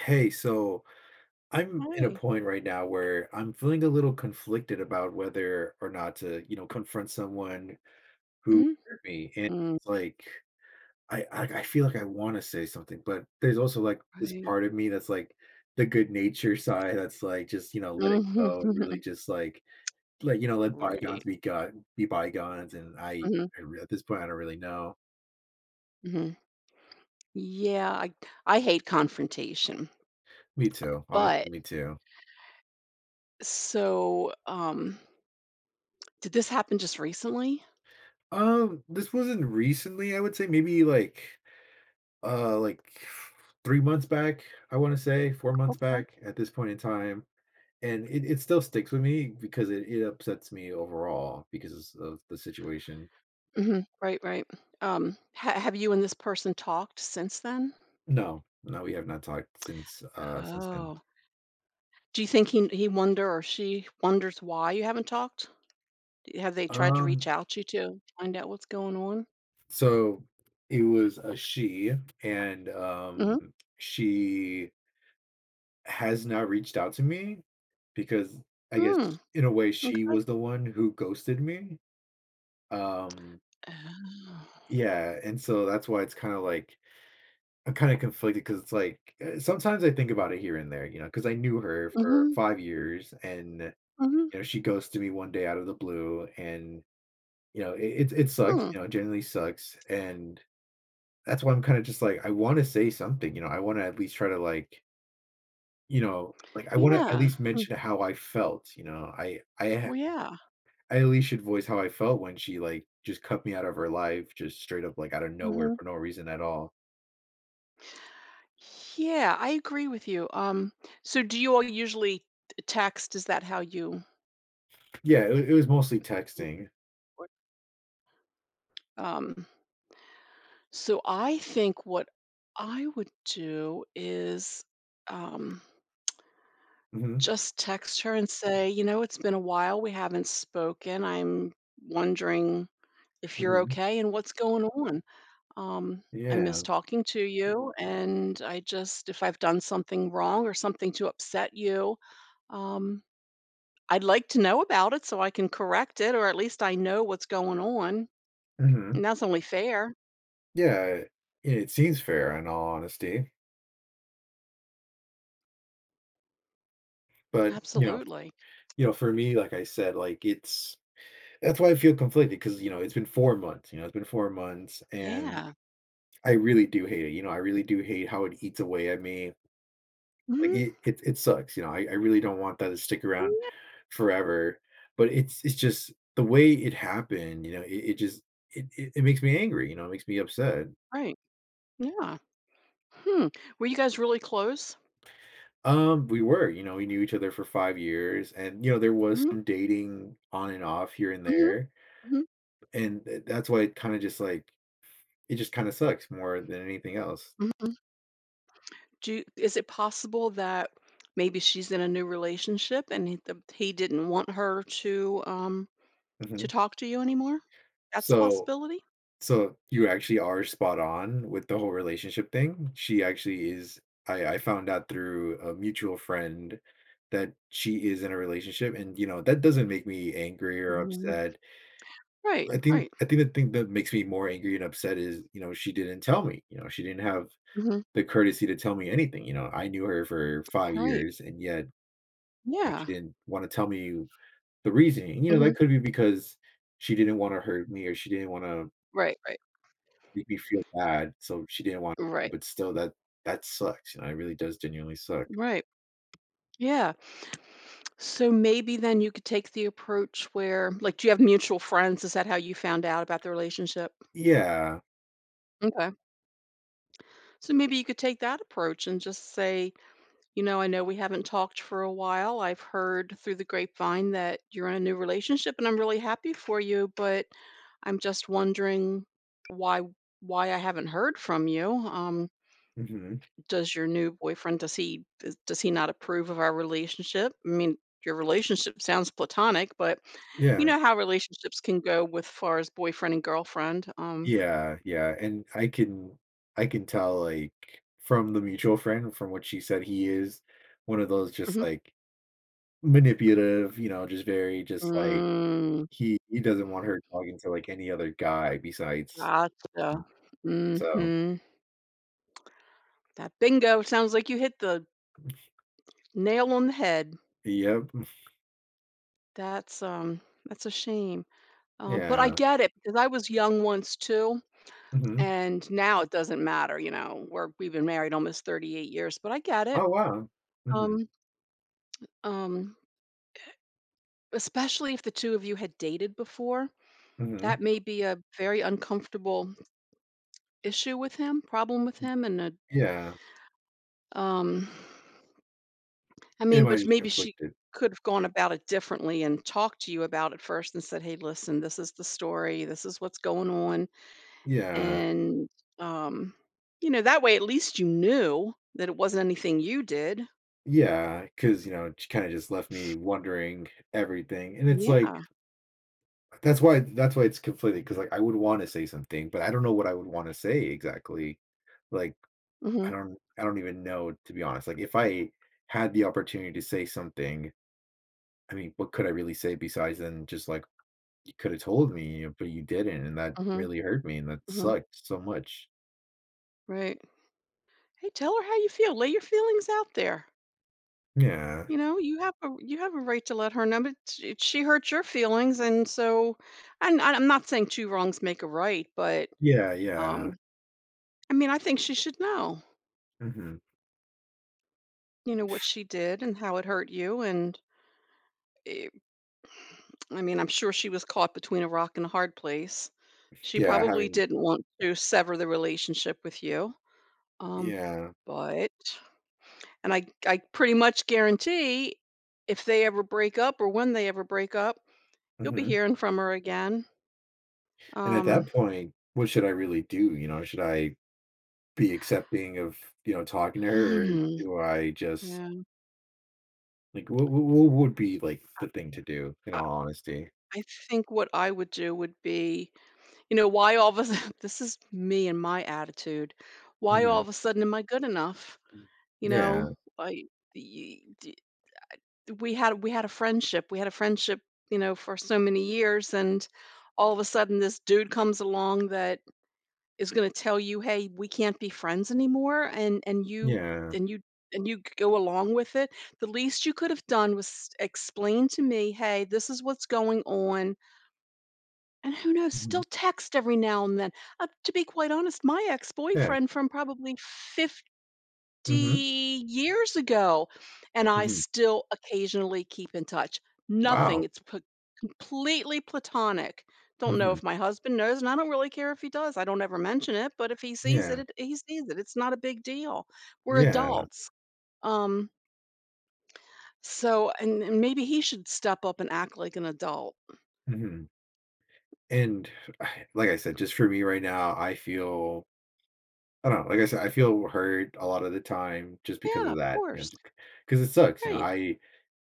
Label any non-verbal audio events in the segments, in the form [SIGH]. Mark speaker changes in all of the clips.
Speaker 1: Hey, so I'm in a
Speaker 2: Right.
Speaker 1: point right now where I'm feeling a little conflicted about whether or not to, you know, confront someone who
Speaker 2: Mhm.
Speaker 1: hurt me. And
Speaker 2: Mm.
Speaker 1: it's like I feel like I want to say something, but there's also like this
Speaker 2: Right.
Speaker 1: part of me that's like the good nature side that's like just, you know, let it
Speaker 2: Mhm.
Speaker 1: go and really
Speaker 2: [LAUGHS]
Speaker 1: just like let you know, let bygones
Speaker 2: Right.
Speaker 1: be god be bygones. And
Speaker 2: Mhm,
Speaker 1: at this point I don't really know.
Speaker 2: mhm. Yeah, I hate confrontation,
Speaker 1: Me too. Honestly,
Speaker 2: but
Speaker 1: me too.
Speaker 2: so, did this happen just recently?
Speaker 1: This wasn't recently, I would say maybe like like 3 months back. I want to say 4 months
Speaker 2: Okay.
Speaker 1: back at this point in time. And it still sticks with me because it upsets me overall because of the situation.
Speaker 2: Mhm. Right, right. Ha have you and this person talked since then?
Speaker 1: No, no, we have not talked since then.
Speaker 2: Oh. Do you think he wonder or she wonders why you haven't talked? D have they tried to
Speaker 1: Um,
Speaker 2: reach out to you to find out what's going on?
Speaker 1: so it was a she. And
Speaker 2: Mhm.
Speaker 1: um, she has not reached out to me because I guess,
Speaker 2: Mm.
Speaker 1: in a way, she
Speaker 2: Okay.
Speaker 1: was the one who ghosted me. Um,
Speaker 2: Oh.
Speaker 1: yeah, and so that's why it's kind of like I'm kind of conflicted because it's like sometimes I think about it here and there, you know, because I knew her for
Speaker 2: Mhm,
Speaker 1: 5 years. And
Speaker 2: mhm,
Speaker 1: you know, she goes to me one day out of the blue. And you know it sucks,
Speaker 2: hmm.
Speaker 1: you know, it genuinely sucks. And that's why I'm kind of just like I want to say something, you know, I want to at least try to like, you know, like I want to at
Speaker 2: Yeah.
Speaker 1: least
Speaker 2: Mm.
Speaker 1: mention how I felt, you know,
Speaker 2: Well, yeah.
Speaker 1: I at least should voice how I felt when she like just cut me out of her life, just straight up like out of nowhere
Speaker 2: Hmm.
Speaker 1: for no reason at all.
Speaker 2: Yeah, I agree with you. So do you all usually text? Is that how you?
Speaker 1: Yeah, it was mostly
Speaker 2: You
Speaker 1: texting.
Speaker 2: work? Um, so I think what I would do is um,
Speaker 1: Hmm.
Speaker 2: just text her and say, you know, it's been a while. We haven't spoken. I'm wondering if you're okay and what's going on. Um, I miss
Speaker 1: Yeah.
Speaker 2: talking to you, and I just if I've done something wrong or something to upset you, um, I'd like to know about it so I can correct it, or at least I know what's going on,
Speaker 1: Mhm.
Speaker 2: and that's only fair.
Speaker 1: Yeah, it seems fair in all honesty, but, you know,
Speaker 2: Absolutely.
Speaker 1: you know, for me, like I said, like, it's that's why I feel conflicted because you know, it's been 4 months, you know, it's been 4 months. And
Speaker 2: Yeah.
Speaker 1: I really do hate it, you know, I really do hate how it eats away at me, like,
Speaker 2: Mhm.
Speaker 1: it sucks, you know, I really don't want that to stick
Speaker 2: Mm.
Speaker 1: around
Speaker 2: Yeah,
Speaker 1: forever. But it's just the way it happened, you know, it just it it it makes me angry, you know, it makes me upset.
Speaker 2: right. Yeah. Hmm. Were you guys really close?
Speaker 1: We were, you know, we knew each other for 5 years and, you know, there was
Speaker 2: Mhm,
Speaker 1: some dating on and off here and
Speaker 2: mhm,
Speaker 1: there.
Speaker 2: mhm,
Speaker 1: And th that's why it kinda just, like, it just kinda sucks more than anything else.
Speaker 2: mhm. Is it possible that maybe she's in a new relationship and he didn't want her to
Speaker 1: Mhm.
Speaker 2: talk to you anymore? That's a
Speaker 1: So
Speaker 2: possibility?
Speaker 1: so you actually are spot on with the whole relationship thing. She actually is I found out through a mutual friend that she is in a relationship. And, you know, that doesn't make me angry or
Speaker 2: Mhm.
Speaker 1: upset.
Speaker 2: Right,
Speaker 1: I think
Speaker 2: right.
Speaker 1: I think the thing that makes me more angry and upset is, you know, she didn't tell me, you know, she didn't have
Speaker 2: Mhm.
Speaker 1: the courtesy to tell me anything, you know, I knew her for 5
Speaker 2: Right.
Speaker 1: years, and yet, like,
Speaker 2: Yeah.
Speaker 1: she didn't wanna tell me the reasoning, you know,
Speaker 2: Mhm.
Speaker 1: that could be because she didn't wanna hurt me, or she didn't wanna
Speaker 2: Right, right,
Speaker 1: make me feel bad, so she didn't want to,
Speaker 2: right,
Speaker 1: but still, that that sucks, you know, it really does genuinely suck.
Speaker 2: right. Yeah. So maybe then you could take the approach where like, do you have mutual friends? Is that how you found out about the relationship?
Speaker 1: Yeah,
Speaker 2: Okay. So maybe you could take that approach and just say, you know, I know we haven't talked for a while. I've heard through the grapevine that you're in a new relationship and I'm really happy for you, but I'm just wondering why why I haven't heard from you. Um,
Speaker 1: mhm,
Speaker 2: does your new boyfriend does he not approve of our relationship? I mean, your relationship sounds platonic, but
Speaker 1: yeah,
Speaker 2: you know how relationships can go with far as boyfriend and girlfriend. Um,
Speaker 1: yeah, yeah, and I can tell, like, from the mutual friend, from what she said, he is one of those just,
Speaker 2: mhm.
Speaker 1: like, manipulative, you know, just very just, like,
Speaker 2: Mm,
Speaker 1: he doesn't want her talking to, like, any other guy besides
Speaker 2: gotcha.
Speaker 1: so.
Speaker 2: Mm-hmm. That bingo sounds like you hit the nail on the head.
Speaker 1: Yep. Mm,
Speaker 2: That's a shame. But I
Speaker 1: yeah.
Speaker 2: get it because I was young once too,
Speaker 1: Mhm.
Speaker 2: and now it doesn't matter, you know, we've been married almost 38 years, but I get it.
Speaker 1: Oh, wow. Mhm.
Speaker 2: Um, um, especially if the 2 of you had dated before,
Speaker 1: Mhm.
Speaker 2: that may be a very uncomfortable issue with him, problem with him, and a
Speaker 1: Yeah.
Speaker 2: um, I
Speaker 1: It
Speaker 2: mean,
Speaker 1: might
Speaker 2: but
Speaker 1: just
Speaker 2: maybe she
Speaker 1: conflicted.
Speaker 2: could have gone about it differently and talked to you about it first and said, "Hey, listen, this is the story. This is what's going on.
Speaker 1: Yeah.
Speaker 2: And, um, that way at least you knew that it wasn't anything you did.
Speaker 1: Yeah, because you know, she kinda just left me wondering everything, and it's, like,
Speaker 2: Yeah.
Speaker 1: that's why it's conflicted. Because like, I would wanna say something, but I don't know what I would wanna say exactly. Like, I
Speaker 2: Mhm.
Speaker 1: don't I don't even know, to be honest. Like, if I had the opportunity to say something, I mean, what could I really say besides then just like, "You coulda told me, but you didn't, and that
Speaker 2: Mhm.
Speaker 1: really hurt me, and that
Speaker 2: Mhm.
Speaker 1: sucked so much."
Speaker 2: Right. Hey, tell her how you feel. Lay your feelings out there.
Speaker 1: Yeah.
Speaker 2: You know, you have a right to let her know, but she hurt your feelings, and so, I'm not saying two wrongs make a right, but
Speaker 1: Yeah,
Speaker 2: um,
Speaker 1: yeah.
Speaker 2: I mean, I think she should know,
Speaker 1: Mhm.
Speaker 2: you know, what she did and how it hurt you, and eh, I mean, I'm sure she was caught between a rock and a hard place. She
Speaker 1: Yeah,
Speaker 2: probably
Speaker 1: having
Speaker 2: didn't want to sever the relationship with you, um,
Speaker 1: yeah.
Speaker 2: but and I pretty much guarantee if they ever break up or when they ever break up, you'll be
Speaker 1: Mhm.
Speaker 2: hearing from her again.
Speaker 1: And at that
Speaker 2: Um,
Speaker 1: point, what should I really do, you know? Should I be accepting of, you know, talking to her, or
Speaker 2: hmm,
Speaker 1: do I just
Speaker 2: yeah.
Speaker 1: like, what would be, like, the thing to do, in
Speaker 2: I
Speaker 1: all honesty?
Speaker 2: I think what I would do would be, you know, why all of a sudden [LAUGHS] this is me and my attitude. Why all
Speaker 1: Mhm.
Speaker 2: of a sudden am I good enough? You
Speaker 1: Yeah.
Speaker 2: know, I we had a friendship. We had a friendship, you know, for so many years and all of a sudden this dude comes along that is going to tell you, "Hey, we can't be friends anymore." And
Speaker 1: Yeah.
Speaker 2: and you you go along with it. The least you could have done was explain to me, "Hey, this is what's going on." And who knows,
Speaker 1: Mhm.
Speaker 2: still text every now and then. To be quite honest, my
Speaker 1: Yeah.
Speaker 2: ex-boyfriend from probably
Speaker 1: Mhm.
Speaker 2: years ago, and I
Speaker 1: Mhm.
Speaker 2: still occasionally keep in touch. Nothing.
Speaker 1: Wow.
Speaker 2: It's completely platonic. Don't know
Speaker 1: Mhm.
Speaker 2: if my husband knows, and I don't really care if he does. I don't ever mention it, but if he sees it,
Speaker 1: Yeah.
Speaker 2: he sees it. It's not a big deal. We're
Speaker 1: Yeah.
Speaker 2: adults. Um, so, and maybe he should step up and act like an adult.
Speaker 1: Mhm. And [SIGHS] I- like I said, just for me right now, I feel I don't know, like I said, I feel hurt a lot of the time just because
Speaker 2: Yeah,
Speaker 1: of
Speaker 2: of
Speaker 1: that, you know,
Speaker 2: course.
Speaker 1: just because it sucks, you know,
Speaker 2: Right.
Speaker 1: I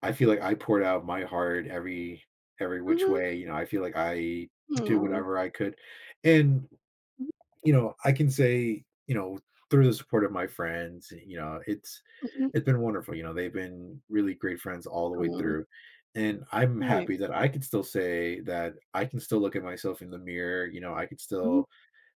Speaker 1: I feel like I poured out my heart every which
Speaker 2: Mm-hmm.
Speaker 1: way, you know, I feel like I did
Speaker 2: Mm.
Speaker 1: whatever I could. And you know, I can say, you know, through the support of my friends, you know,
Speaker 2: Mhm,
Speaker 1: it's been wonderful, you know, they've been really great friends all the way
Speaker 2: mhm.
Speaker 1: through. And I'm
Speaker 2: Right.
Speaker 1: happy that I can still say that I can still look at myself in the mirror, you know, I can
Speaker 2: Mhm.
Speaker 1: still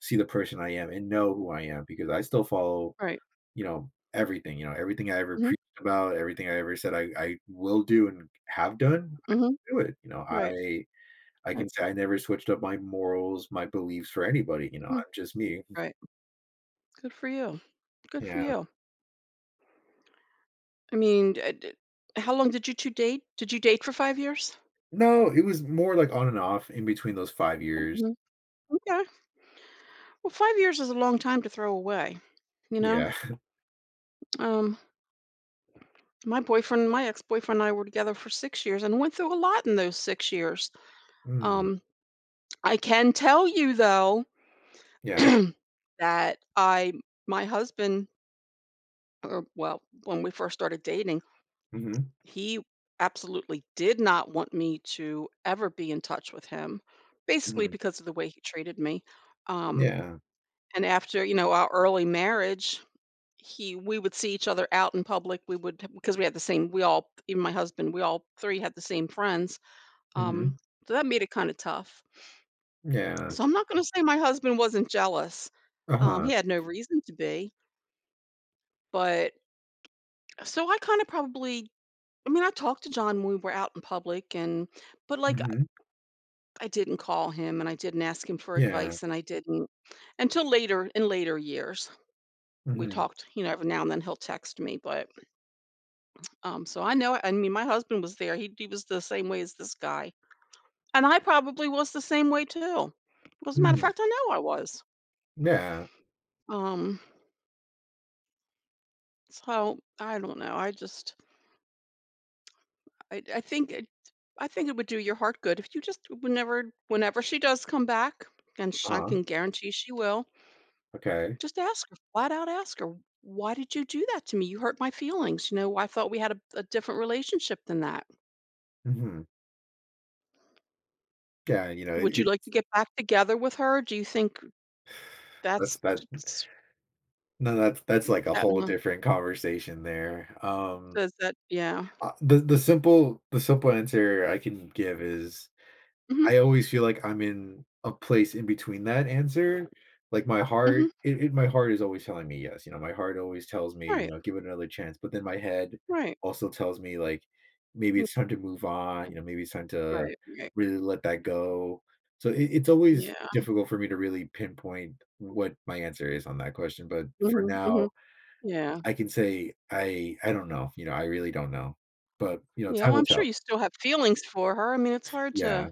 Speaker 1: see the person I am and know who I am because I still follow,
Speaker 2: Right.
Speaker 1: you know, everything I ever
Speaker 2: Mhm,
Speaker 1: preached about, everything I ever said I will do and have done, I
Speaker 2: mhm.
Speaker 1: do it, you know,
Speaker 2: Right.
Speaker 1: I
Speaker 2: Right.
Speaker 1: can say I never switched up my morals, my beliefs for anybody, you know,
Speaker 2: Mhm.
Speaker 1: I'm just me.
Speaker 2: Right. Good for you. Good for
Speaker 1: Yeah.
Speaker 2: you. I mean, d how long did you 2 date? Did you date for 5 years?
Speaker 1: No, it was more like on and off in between those 5 years.
Speaker 2: Mhm. Okay. Well, 5 years is a long time to throw away, you know?
Speaker 1: Yeah. [LAUGHS]
Speaker 2: Um, my ex-boyfriend and I were together for 6 years and went through a lot in those 6 years.
Speaker 1: Mm.
Speaker 2: Um, I can tell you, though, [CLEARS THROAT]
Speaker 1: Yeah.
Speaker 2: that I my husband or well, when we first started dating,
Speaker 1: Mhm.
Speaker 2: he absolutely did not want me to ever be in touch with him, basically
Speaker 1: Mhm.
Speaker 2: because of the way he treated me. Um,
Speaker 1: Yeah.
Speaker 2: and after our early marriage, he we would see each other out in public. We would because we had the same. Even my husband, we all three had the same friends. Um,
Speaker 1: Mhm.
Speaker 2: so that made it kind of tough.
Speaker 1: Yeah.
Speaker 2: So I'm not going to say my husband wasn't jealous. He
Speaker 1: Uh-huh.
Speaker 2: had no reason to be, but so I kind of probably. I mean, I talked to John when we were out in public, and but like
Speaker 1: Mhm.
Speaker 2: I didn't call him and I didn't ask him for
Speaker 1: Yeah.
Speaker 2: advice and I didn't until later in later years. We
Speaker 1: Mhm.
Speaker 2: talked, you know, every now and then he'll text me, but so I know. I mean, my husband was there. He was the same way as this guy, and I probably was the same way too. As a matter of
Speaker 1: Mhm.
Speaker 2: fact, I know I was.
Speaker 1: Yeah.
Speaker 2: Um, so I don't know. I, I think, it, I think it would do your heart good if you just whenever she does come back, and sh I
Speaker 1: Uh-huh.
Speaker 2: can guarantee she will,
Speaker 1: Okay.
Speaker 2: just ask her, flat out ask her, "Why did you do that to me? You hurt my feelings, you know, I thought we had a different relationship than that.
Speaker 1: Mhm. Yeah, you know, it
Speaker 2: Would you
Speaker 1: it
Speaker 2: like to get back together with her? Do you think that's
Speaker 1: that's that
Speaker 2: t s
Speaker 1: no, that's like a
Speaker 2: that
Speaker 1: whole
Speaker 2: no
Speaker 1: different conversation there.
Speaker 2: does that?" Yeah.
Speaker 1: The simple answer I can give is
Speaker 2: Mhm,
Speaker 1: I always feel like I'm in a place in between that answer. Like my heart,
Speaker 2: mhm.
Speaker 1: it my heart is always telling me yes. You know, my heart always tells me, you
Speaker 2: Right,
Speaker 1: know, give it another chance. But then my head
Speaker 2: right.
Speaker 1: also tells me like maybe it's
Speaker 2: Mhm.
Speaker 1: time to move on. You know, maybe it's time to
Speaker 2: Right, right.
Speaker 1: really let that go. So it's always
Speaker 2: Yeah.
Speaker 1: difficult for me to really pinpoint what my answer is on that question. But for
Speaker 2: Mhm,
Speaker 1: now,
Speaker 2: mhm. Yeah.
Speaker 1: I can say I don't know. You know, I really don't know. But you know,
Speaker 2: Yeah,
Speaker 1: time
Speaker 2: well,
Speaker 1: will
Speaker 2: I'm
Speaker 1: tell.
Speaker 2: sure you still have feelings for her. I mean, it's hard
Speaker 1: Yeah.
Speaker 2: to,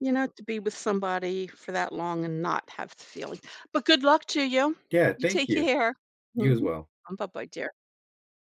Speaker 2: you know, to be with somebody for that long and not have the feeling. But good luck to you.
Speaker 1: Yeah.
Speaker 2: You
Speaker 1: Thank
Speaker 2: take
Speaker 1: you.
Speaker 2: care.
Speaker 1: You as
Speaker 2: Mhm.
Speaker 1: well.
Speaker 2: Bye-bye, dear.